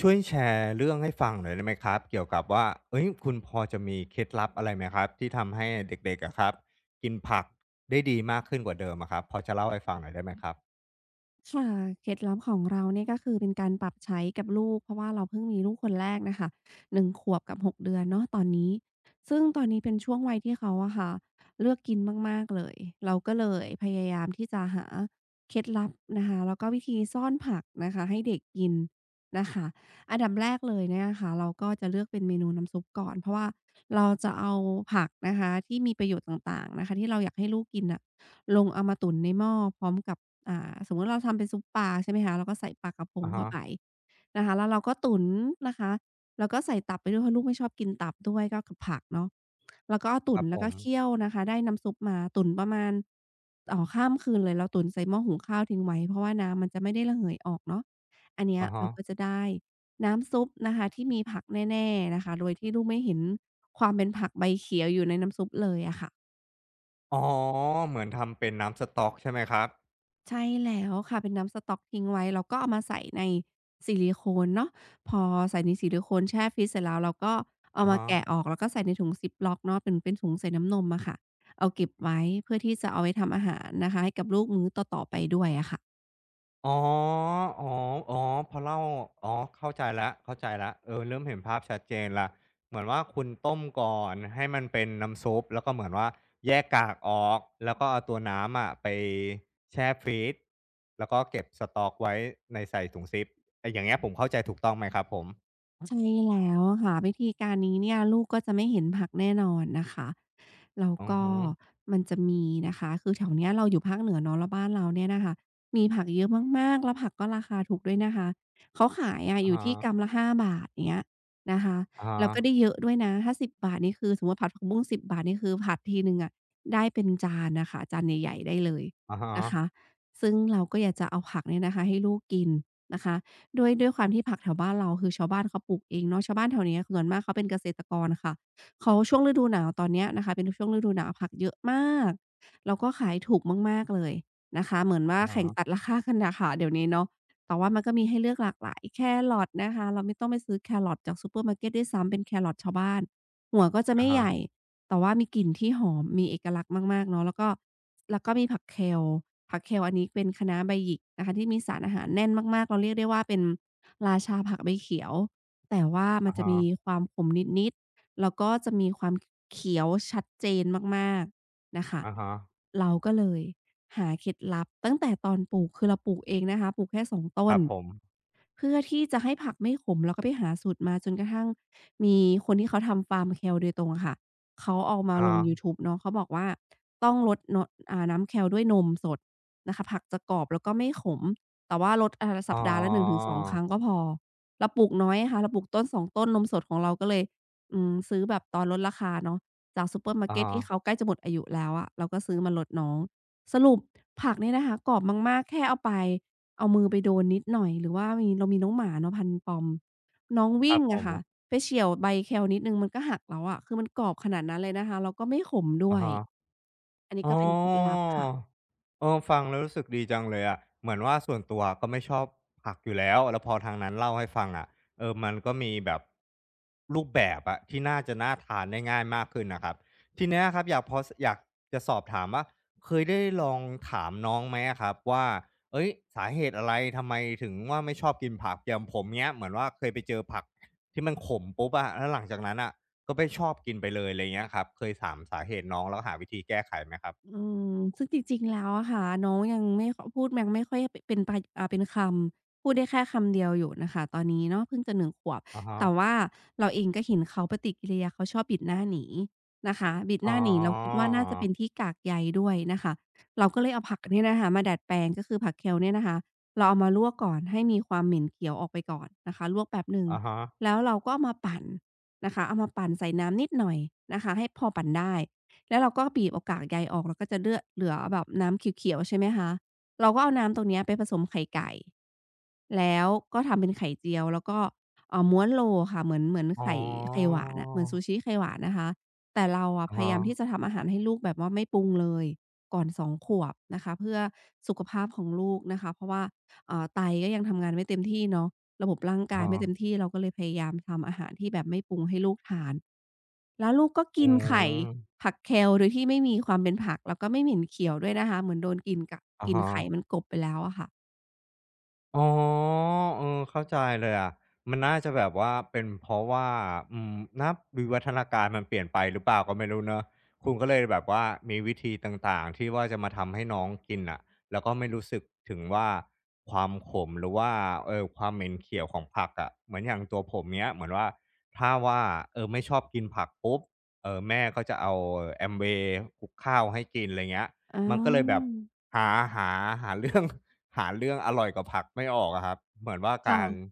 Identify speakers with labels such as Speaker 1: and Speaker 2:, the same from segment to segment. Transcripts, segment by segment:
Speaker 1: ช่วยแชร์เรื่องให้ฟังหน่อยได้ไหมครับ เกี่ยวกับว่าเฮ้ยคุณพอจะมีเคล็ดลับอะไรไหมครับที่ทำให้เด็กๆอะครับกินผักได้ดีมากขึ้นกว่าเดิมอะครับพอจะเล่าให้ฟังหน่อยได้ไหมครับ
Speaker 2: ค่ะเคล็ดลับของเราเนี่ยก็คือเป็นการปรับใช้กับลูกเพราะว่าเราเพิ่งมีลูกคนแรกน่ะค่ะ1ขวบกับ6เดือนเนาะตอนนี้ซึ่งตอนนี้เป็นช่วงวัยที่เขาอะค่ะเลือกกินมากๆเลยเราก็เลยพยายามที่จะหาเคล็ดลับนะคะแล้วก็วิธีซ่อนผักนะคะให้เด็กกินนะคะอันดับแรกเลยเนี่ยค่ะเราก็จะเลือกเป็นเมนูน้ำซุปก่อนเพราะว่าเราจะเอาผักนะคะที่มีประโยชน์ต่างๆนะคะที่เราอยากให้ลูกกินน่ะ ลงเอามาตุ๋นในหม้อพร้อมกับสมมุติเราทำเป็นซุปปลาใช่ไหมคะเราก็ใส่ปลากระพง
Speaker 1: อะ
Speaker 2: เข้า
Speaker 1: ฮะ
Speaker 2: ไปนะคะแล้วเราก็ตุ๋นนะคะแล้วก็ใส่ตับไปด้วยเพราะลูกไม่ชอบกินตับด้วยก็กับผักเนาะแล้วก็เอา
Speaker 1: ค
Speaker 2: ตุ๋
Speaker 1: รั
Speaker 2: น
Speaker 1: บผ
Speaker 2: แล้วก็
Speaker 1: ม
Speaker 2: เคี่ยวนะคะได้น้ำซุปมาตุ๋นประมาณอ๋อข้ามคืนเลยเราตุ๋นใส่หม้อหุงข้าวทิ้งไว้เพราะว่าน้ำมันจะไม่ได้ระเหยออกเนาะอันเนี้ย
Speaker 1: อะฮะ
Speaker 2: เราก็จะได้น้ำซุปนะคะที่มีผักแน่ๆนะคะโดยที่ลูกไม่เห็นความเป็นผักใบเขียวอยู่ในน้ำซุปเลยอะค่ะ
Speaker 1: อ๋อเหมือนทำเป็นน้ำสต๊อกใช่ไหมครับ
Speaker 2: ใช่แล้วค่ะเป็นน้ำสต๊อกทิ้งไว้เราก็เอามาใส่ในซิลิโคนเนาะพอใส่ในซิลิโคนแช่ฟรีซเสร็จแล้วเราก็เอา
Speaker 1: อะ
Speaker 2: มา
Speaker 1: ฮะ
Speaker 2: แกะออกแล้วก็ใส่ในถุงซิปล็อกเนาะเป็นถุงใส่น้ำนมอะค่ะเอาเก็บไว้เพื่อที่จะเอาไว้ทำอาหารนะคะให้กับลูกมื้อต่อๆไปด้วยอะค่ะ
Speaker 1: อ๋ออ๋ออ๋อพอเล่าอ๋อเข้าใจแล้วเข้าใจแล้ว เออ เริ่มเห็นภาพชัดเจนแล้วเหมือนว่าคุณต้มก่อน ให้มันเป็นน้ำซุปแล้วก็เหมือนว่าแยกกากออก แล้วก็เอาตัวน้ำอะไปแช่ฟรีซแล้วก็เก็บสต๊อกไว้ในใส่ถุงซิปไอ้อย่างเงี้ยผมเข้าใจถูกต้องไหมครับผม
Speaker 2: ใช่แล้วค่ะวิธีการนี้เนี่ยลูกก็จะไม่เห็นผักแน่นอนนะคะแล้ว
Speaker 1: อือ
Speaker 2: ก็
Speaker 1: ฮึ
Speaker 2: มันจะมีนะคะคือแถวเนี้ยเราอยู่ภาคเหนือเนาะแล้วบ้านเราเนี่ยนะคะมีผักเยอะมากๆแล้วผักก็ราคาถูกด้วยนะคะเขาขายอะ
Speaker 1: อะ
Speaker 2: อยู่
Speaker 1: ฮะ
Speaker 2: ที่กรัมละ5บาทอย่างเงี้ยนะคะ
Speaker 1: อะฮะ
Speaker 2: แล้วก็ได้เยอะด้วยนะถ้าสิบบาทนี่คือสมมุติผัดผักบุ้ง10บบาทนี่คือผัดทีหนึ่งอะได้เป็นจานน่ะค่ะจานใหญ่ๆได้เลย
Speaker 1: อะฮะ
Speaker 2: นะคะซึ่งเราก็อยากจะเอาผักเนี่ยนะคะให้ลูกกินนะคะ ด้วยความที่ผักแถวบ้านเราคือชาวบ้านเขาปลูกเองเนาะชาวบ้านแถวเนี้ยส่วนมากเขาเป็นเกษตรกรค่ะเขาช่วงฤดูหนาวตอนเนี้ยนะคะเป็นช่วงฤดูหนาวผักเยอะมากแล้วก็ขายถูกมากๆเลยนะคะเหมือนว่า
Speaker 1: อะฮะ
Speaker 2: แข่งตัดราคากันน่ะค่ะเดี๋ยวนี้เนาะแต่ว่ามันก็มีให้เลือกหลากหลายแครอทนะคะเราไม่ต้องไปซื้อแครอทจากซูเปอร์มาร์เกตด้วยซ้ำเป็นแครอทชาวบ้านหัวก็จะ
Speaker 1: อะ
Speaker 2: ไม่ใหญ่
Speaker 1: ฮะ
Speaker 2: แต่ว่ามีกลิ่นที่หอมมีเอกลักษณ์มากๆเนาะแล้วก็มีผัก Kale ผัก Kale อันนี้เป็นคะน้าใบหยิกนะคะที่มีสารอาหารแน่นมากๆเราเรียกได้ว่าเป็นราชาผักใบเขียวแต่ว่ามัน
Speaker 1: อะ
Speaker 2: จะ
Speaker 1: ฮะ
Speaker 2: มีความขมนิดๆแล้วก็จะมีความเขียวชัดเจนมากๆน่ะค่ะ
Speaker 1: อะฮะ
Speaker 2: เราก็เลยหาเคล็ดลับตั้งแต่ตอนปลูกคือเราปลูกเองนะคะปลูกแค่สอง
Speaker 1: ค
Speaker 2: ต้
Speaker 1: รั
Speaker 2: น
Speaker 1: บผม
Speaker 2: เพื่อที่จะให้ผักไม่ขมเราก็ไปหาสูตรมาจนกระทั่งมีคนที่เขาทำฟาร์มแคลโดยตรงอะค่ะเขาเอามา
Speaker 1: อะ
Speaker 2: ลงยู
Speaker 1: ฮะ
Speaker 2: ทูบเนาะเขาบอกว่าต้องลดเนาะน้ำแคลด้วยนมสดนะคะผักจะกรอบแล้วก็ไม่ขมแต่ว่าลด
Speaker 1: อ๋
Speaker 2: สั
Speaker 1: อ
Speaker 2: ปดาห์ละ1-2ครั้งก็พอเราปลูกน้อยอะค่ะเราปลูกต้นสอ2ต้นนมสดของเราก็เลยซื้อแบบตอนลดราคาเนาะจากซูเปอร์มาร์
Speaker 1: อะ
Speaker 2: เกต
Speaker 1: ฮะ
Speaker 2: ที่เขาใกล้จะหมดอายุแล้วอะเราก็ซื้อมาลดน้องสรุปผักเนี่ยนะคะกรอบมากๆแค่เอาไป เอามือไปโดนนิดหน่อยหรือว่ามีเรามีน้องหมาเนาะพันธุ์ปอมน้อง
Speaker 1: ครั
Speaker 2: วิ่ง
Speaker 1: บผ
Speaker 2: อะ
Speaker 1: ม
Speaker 2: ค่ะไปเฉี่ยวใบแคลนิดหนึ่งมันก็หักแล้วอะคือมันกรอบขนาดนั้นเลยนะคะแล้วก็ไม่ขมด้
Speaker 1: อะ
Speaker 2: วย
Speaker 1: ฮะ
Speaker 2: อันนี้
Speaker 1: อ๋อ
Speaker 2: ก็เป็นเคล็ดลับค่ะ
Speaker 1: เออฟังแล้วรู้สึกดีจังเลยอะเหมือนว่าส่วนตัวก็ไม่ชอบผักอยู่แล้วแล้วพอทางนั้นเล่าให้ฟังอะเออมันก็มีแบบรูปแบบอะที่น่าจะน่าทานได้ง่ายมากขึ้นน่ะครับทีเนี้ยครับอยากพอสอยากจะสอบถามว่าเคยได้ลองถามน้องไหมอะครับว่าเฮ้ยสาเหตุอะไรทำไมถึงว่าไม่ชอบกินผักอย่างผมเงี้ยเหมือนว่าเคยไปเจอผักที่มันขมปุ๊บอะแล้วหลังจากนั้นน่ะ ก็ไม่ชอบกินไปเลยอะไรเงี้ยครับ เคยถามสาเหตุน้องแล้วหาวิธีแก้ไขไหมครับ
Speaker 2: อืมซึ่งจริงๆ แล้วอะค่ะน้องยังไม่ค่อยเป็นเป็นคำพูดได้แค่คำเดียวอยู่น่ะค่ะตอนนี้เนาะเพิ่งจะหนึ่งขวบ
Speaker 1: อะฮะ
Speaker 2: แต่ว่าเราเองก็เห็นเขาปฏิกิริยาเขาชอบบิดหน้าหนีนะคะบิด
Speaker 1: อ๋
Speaker 2: ห
Speaker 1: อ
Speaker 2: น้าหนีเราคิดว่าน่าจะเป็นที่กากใยด้วยนะคะเราก็เลยเอาผักเนี่ยนะคะมาดัดแปลงก็คือผัก kale เนี่ยนะคะเราเอามาลวกก่อนให้มีความเหม็นเขียวออกไปก่อนนะคะลวกแป๊บหนึ่ง
Speaker 1: อะฮะ
Speaker 2: แล้วเราก็เอามาปั่นนะคะเอามาปั่นใส่น้ำนิดหน่อยนะคะให้พอปั่นได้ แล้วเราก็บีบเอากากใยออกแล้วก็จะเลือเหลือแบบน้ำเขียวๆใช่ไหมคะ เราก็เอาน้ำตรงเนี้ยไปผสมไข่ไก่แล้วก็ทำเป็นไข่เจียวแล้วก็ม้วนโรลค่ะเหมือน
Speaker 1: อ๋อ
Speaker 2: ไข่ไข่หวานอะเหมือนซูชิไข่หวานนะคะแต่เราอะ
Speaker 1: อะ
Speaker 2: พยา
Speaker 1: ฮะ
Speaker 2: ยามที่จะทำอาหารให้ลูกแบบว่าไม่ปรุงเลยก่อน2ขวบนะคะเพื่อสุขภาพของลูกนะคะเพราะว่าไตก็ยังทำงานไม่เต็มที่เนาะระบบร่าง
Speaker 1: อะ
Speaker 2: กายไม่เต็ม
Speaker 1: ฮะ
Speaker 2: ที่เราก็เลยพยายามทำอาหารที่แบบไม่ปรุงให้ลูกทานแล้วลูกก็
Speaker 1: อื
Speaker 2: กินไข่
Speaker 1: ม
Speaker 2: ผักแคล e โดยที่ไม่มีความเป็นผักแล้วก็ไม่เหม็นเขียวด้วยนะคะเหมือนโดนกลิ่นกะ
Speaker 1: อะ
Speaker 2: กลิ่น
Speaker 1: ฮะ
Speaker 2: ไข่มันกลบไปแล้วอะค่ะ
Speaker 1: อ๋อเออเข้าใจเลยอะมันน่าจะแบบว่าเป็นเพราะว่าอืมนับวิวัฒนาการมันเปลี่ยนไปหรือเปล่าก็ไม่รู้เนาะคุณก็เลยแบบว่ามีวิธีต่างๆที่ว่าจะมาทำให้น้องกินน่ะแล้วก็ไม่รู้สึกถึงว่าความขมหรือว่าความเหม็นเขียวของผักอะเหมือนอย่างตัวผมเงี้ยเหมือนว่าถ้าว่าไม่ชอบกินผักปุ๊บแม่ก็จะเอาAmway คลุกข้าวให้กินไรเงี้ย
Speaker 2: อ
Speaker 1: มันก็เลยแบบ
Speaker 2: า
Speaker 1: หาหาหาเรื่อง หาเรื่องอร่อยกับผักไม่ออกอะครับเหมือนว่าการ
Speaker 2: ค่ะ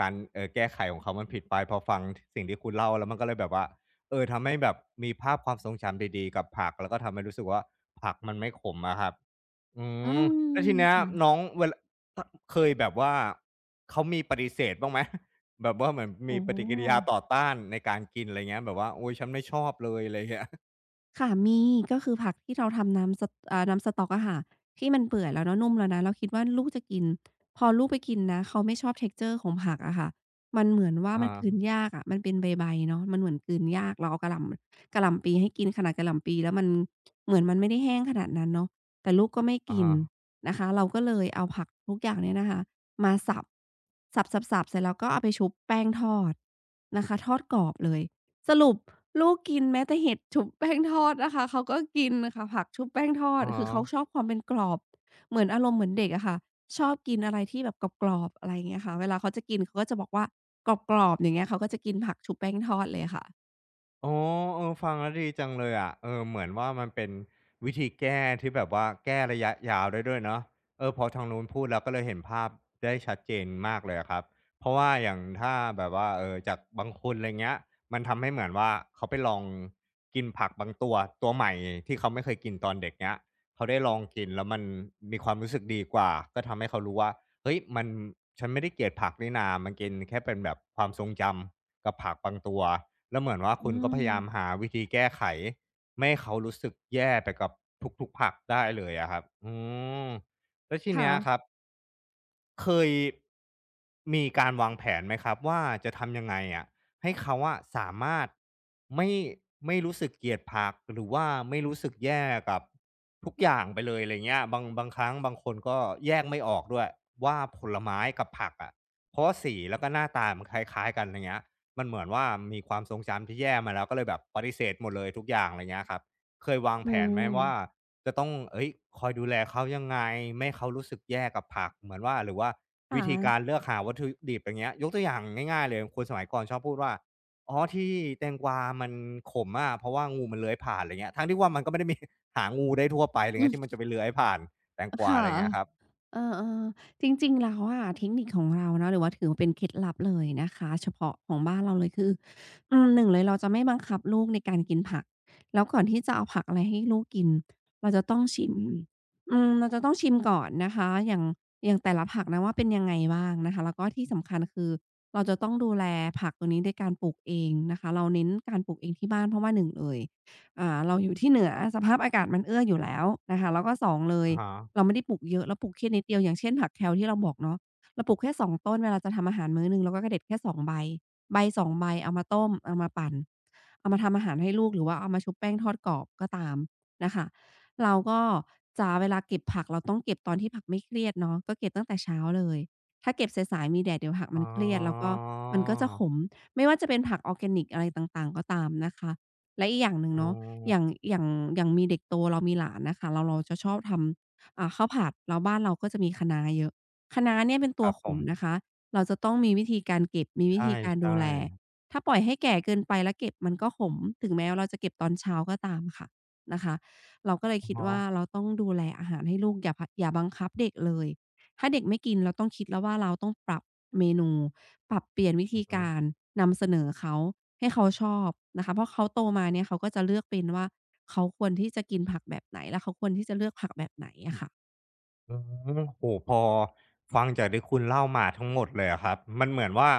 Speaker 1: การเออแก้ไขของเขามันผิดไปพอฟังสิ่งที่คุณเล่าแล้วมันก็เลยแบบว่าเออทำให้แบบมีภาพความทรงจำดีๆกับผักแล้วก็ทำให้รู้สึกว่าผักมันไม่ขมอะครับอื
Speaker 2: อื
Speaker 1: ม
Speaker 2: ม
Speaker 1: แล้วทีเนี้ยน้อ
Speaker 2: ค่ะ
Speaker 1: งเวลาเคยแบบว่าเขามีปฏิเสธบ้างไหม แบบว่าเหมือน
Speaker 2: อ๋
Speaker 1: มี
Speaker 2: อ
Speaker 1: ปฏิกิริยาต่อต้านในการกินอะไรเงี้ยแบบว่าโอ้ยฉันไม่ชอบเลยอะไรเงี้ย
Speaker 2: ค่ะมีก็คือผักที่เราทำน้ำสะอ่าน้ำสต๊อกอะค่ะที่มันเปื่อยแล้วเนาะนุ่มแล้วนะเราคิดว่าลูกจะกินพอลูกไปกินนะเขาไม่ชอบ texture ของผักอะค่ะมันเหมือน ว่า
Speaker 1: อ่า
Speaker 2: มันกลืนยากอะมันเป็นใบๆเนาะมันเหมือนกลืนยากเราเอากะหล่ำกะหล่ำปีให้กินขนาดกะหล่ำปีแล้วมันเหมือนมันไม่ได้แห้งขนาดนั้นเนาะแต่ลูกก็ไม่
Speaker 1: อ่า
Speaker 2: กินนะคะเราก็เลยเอาผักทุกอย่างเนี่ยนะคะมาสับสับๆๆเสร็จแล้วก็เอาไปชุบแป้งทอดนะคะทอดกรอบเลย สรุปลูกกินแม้แต่เห็ดชุบแป้งทอดนะคะเขาก็กินค่ะผักชุบแป้งทอ
Speaker 1: อะ
Speaker 2: ดคือเขาชอ
Speaker 1: ฮ
Speaker 2: บความเป็นกรอบเหมือนอารมณ์เหมือนเด็กอะค่ะชอบกินอะไรที่แบบกรอบๆอะไรอย่างเงี้ยค่ะเวลาเขาจะกินเขาก็จะบอกว่ากรอบๆอย่างเงี้ยเขาก็จะกินผักชุบแป้งทอดเลยค่ะ
Speaker 1: อ๋อเออฟังแล้วดีจังเลยอะเออเหมือนว่ามันเป็นวิธีแก้ที่แบบว่าแก้ระยะยาวได้ด้วยเนาะเออพอทางนู้นพูดแล้วก็เลยเห็นภาพได้ชัดเจนมากเลยอะครับเพราะว่าอย่างถ้าแบบว่าเออจากบางคนอะไรเงี้ยมันทำให้เหมือนว่าเขาไปลองกินผักบางตัวตัวใหม่ที่เขาไม่เคยกินตอนเด็กเงี้ยเขาได้ลองกินแล้วมันมีความรู้สึกดีกว่าก็ทำให้เขารู้ว่าเฮ้ยมันฉันไม่ได้เกลียดผักนี่นามันกินแค่เป็นแบบความทรงจำกับผักบางตัว แล้วเหมือนว่า
Speaker 2: อื
Speaker 1: คุณก็พยายามหา
Speaker 2: ม
Speaker 1: วิธีแก้ไขไม่ให้เขารู้สึกแย่ไปกับทุกๆผักได้เลยอะครับอืมแล้วทีเนี้ยค
Speaker 2: ค่ะ
Speaker 1: รับ เคยมีการวางแผนไหมครับว่าจะทำยังไงอะให้เขาอะสามารถไม่ไม่รู้สึกเกลียดผักหรือว่าไม่รู้สึกแย่กับทุกอย่างไปเลยอะไรเงี้ยบางครั้งบางคนก็แยกไม่ออกด้วยว่าผลไม้กับผักอะเพราะสีแล้วก็หน้าตามันคล้ายๆกันอะไรเงี้ยมันเหมือนว่ามีความทรงจำที่แย่มาแล้วก็เลยแบบปฏิเสธหมดเลยทุกอย่างอะไรเงี้ยครับเคยวาง
Speaker 2: อื
Speaker 1: แผนไหม
Speaker 2: ม
Speaker 1: ว่า จะต้องเฮ้ยคอยดูแลเขายังไง ไม่ให้เขารู้สึกแย่กับผัก เหมือนว่า หรือว่าวิ
Speaker 2: ค่ะ
Speaker 1: ธีการเลือกหาวัตถุดิบอย่างเงี้ยยกตัวอย่างง่ายๆเลยคนสมัยก่อนชอบพูดว่าอ๋อที่แตงกวามันขมอะเพราะว่างูมันเลื้อยผ่านอะไรเงี้ยทั้งที่ว่ามันก็ไม่ได้มีหางูได้ทั่วไปอะไรเงี้
Speaker 2: อื
Speaker 1: ยที่
Speaker 2: ม
Speaker 1: มันจะไปเลื้อยผ่านแตงกวาอะไร
Speaker 2: ค่ะ
Speaker 1: เงี้ยครับ
Speaker 2: เออๆจริงๆแล้วอะเทคนิคของเราเนาะหรือว่าถือว่าเป็นเคล็ดลับเลยนะคะเฉพาะของบ้านเราเลยคืออืมหนึ่งเลยเราจะไม่บังคับลูกในการกินผักแล้วก่อนที่จะเอาผักอะไรให้ลูกกินเราจะต้องชิมอืมเราจะต้องชิมก่อนนะคะอย่างแต่ละผักนะว่าเป็นยังไงบ้างนะคะแล้วก็ที่สำคัญคือเราจะต้องดูแลผักตัวนี้ด้วยการปลูกเองนะคะเราเน้นการปลูกเองที่บ้านเพราะว่าหนึ่งเลยอ่าเราอยู่ที่เหนือสภาพอากาศมันเอื้ออยู่แล้วนะคะแล้วก็สองเลย
Speaker 1: อะฮะ
Speaker 2: เราไม่ได้ปลูกเยอะเราปลูกแค่นิดเดียวอย่างเช่นผักแ a l ที่เราบอกเนาะเราปลูกแค่สองต้นเวลาจะทำอาหารมื้อหนึ่งเราก็กะเด็ดแค่สองใบใบสองใบเอามาต้มเอามาปั่นเอามาทำอาหารให้ลูกหรือว่าเอามาชุบแป้งทอดกรอบก็ตามนะคะเราก็จะเวลาเก็บผักเราต้องเก็บตอนที่ผักไม่เครียดเนาะก็เก็บตั้งแต่เช้าเลยถ้าเก็บสายๆมีแดดเดี๋ยวผัก
Speaker 1: อ๋
Speaker 2: มันเครียดแล้วก็
Speaker 1: อ
Speaker 2: มันก็จะขมไม่ว่าจะเป็นผักออร์แกนิกอะไรต่างๆก็ตามนะคะและอีกอย่างหนึ่ง
Speaker 1: อ๋อ
Speaker 2: เนาะอย่างอย่างอย่างมีเด็กโตเรามีหลานน่ะค่ะเราจะชอบทำ อ่าข้าวผัดแล้วบ้านเราก็จะมีคะน้าเยอะคะน้าเนี่ยเป็น
Speaker 1: ค
Speaker 2: ตัว
Speaker 1: รับ
Speaker 2: ข
Speaker 1: ผ
Speaker 2: ม
Speaker 1: ม
Speaker 2: นะคะเราจะต้องมีวิธีการเก็บมี
Speaker 1: ใ
Speaker 2: วิธีการดู
Speaker 1: ช่
Speaker 2: แล
Speaker 1: ๆ
Speaker 2: ถ้าปล่อยให้แก่เกินไปแล้วเก็บมันก็ขมถึงแม้ว่าเราจะเก็บตอนเช้าก็ตามค่ะนะคะเราก็เลย
Speaker 1: อะ
Speaker 2: คิด
Speaker 1: ฮะ
Speaker 2: ว่าเราต้องดูแลอาหารให้ลูกอย่าพอย่าบังคับเด็กเลยถ้าเด็กไม่กินเราต้องคิดแล้วว่าเราต้องปรับเมนู ปรับเปลี่ยนวิ
Speaker 1: อื
Speaker 2: ธี
Speaker 1: อฮึ
Speaker 2: การนำเสนอเขาให้เขาชอบนะคะเพราะเขาโตมาเนี่ยเขาก็จะเลือกเป็นว่าเขาควรที่จะกินผักแบบไหนแล้วเขาควรที่จะเลือกผักแบบไหนอะค่ะ
Speaker 1: อืมโอ้โฮพอฟังจากที่คุณเล่ามาทั้งหมดเลยอะครับมันเหมือนว่า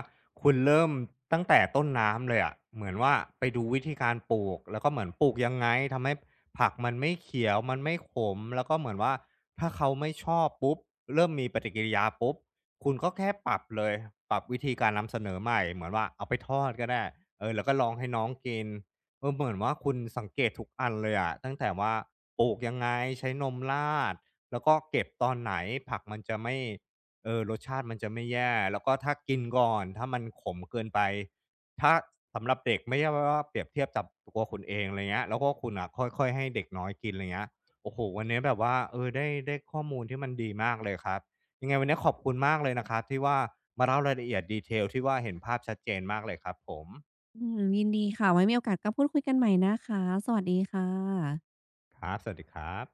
Speaker 1: คุณเริ่มตั้งแต่ต้นน้ำเลยอะเหมือนว่าไปดูวิธีการปลูกแล้วก็เหมือนปลูกยังไงทำให้ผักมันไม่เขียวมันไม่ขมแล้วก็เหมือนว่าถ้าเขาไม่ชอบปุ๊บเริ่มมีปฏิกิริยาปุ๊บคุณก็แค่ปรับเลยปรับวิธีการนำเสนอใหม่เหมือนว่าเอาไปทอดก็ได้เออแล้วก็ลองให้น้องกินเออเหมือนว่าคุณสังเกตทุกอันเลยอะตั้งแต่ว่าปลูกยังไงใช้นมราด แล้วก็เก็บตอนไหนผักมันจะไม่เออรสชาติมันจะไม่แย่แล้วก็ถ้ากินก่อนถ้ามันขมเกินไปถ้าสำหรับเด็กไม่ใช่ว่าเปรียบเทียบกับตัวคุณเองอะไรเงี้ยแล้วก็คุณน่ะค่อยๆให้เด็กน้อยกินอะไรเงี้ยโอ้โฮวันนี้แบบว่าเออได้ข้อมูลที่มันดีมากเลยครับยังไงวันนี้ขอบคุณมากเลยนะครับที่ว่ามาเล่ารายละเอียดด e t ทลที่ว่าเห็นภาพชัดเจนมากเลยครับผม
Speaker 2: อืมยินดีค่ะไว้มีโอกาสก็พูดคุยกันใหม่นะคะสวัสดีค่ะ
Speaker 1: ครับสวัสดีครับ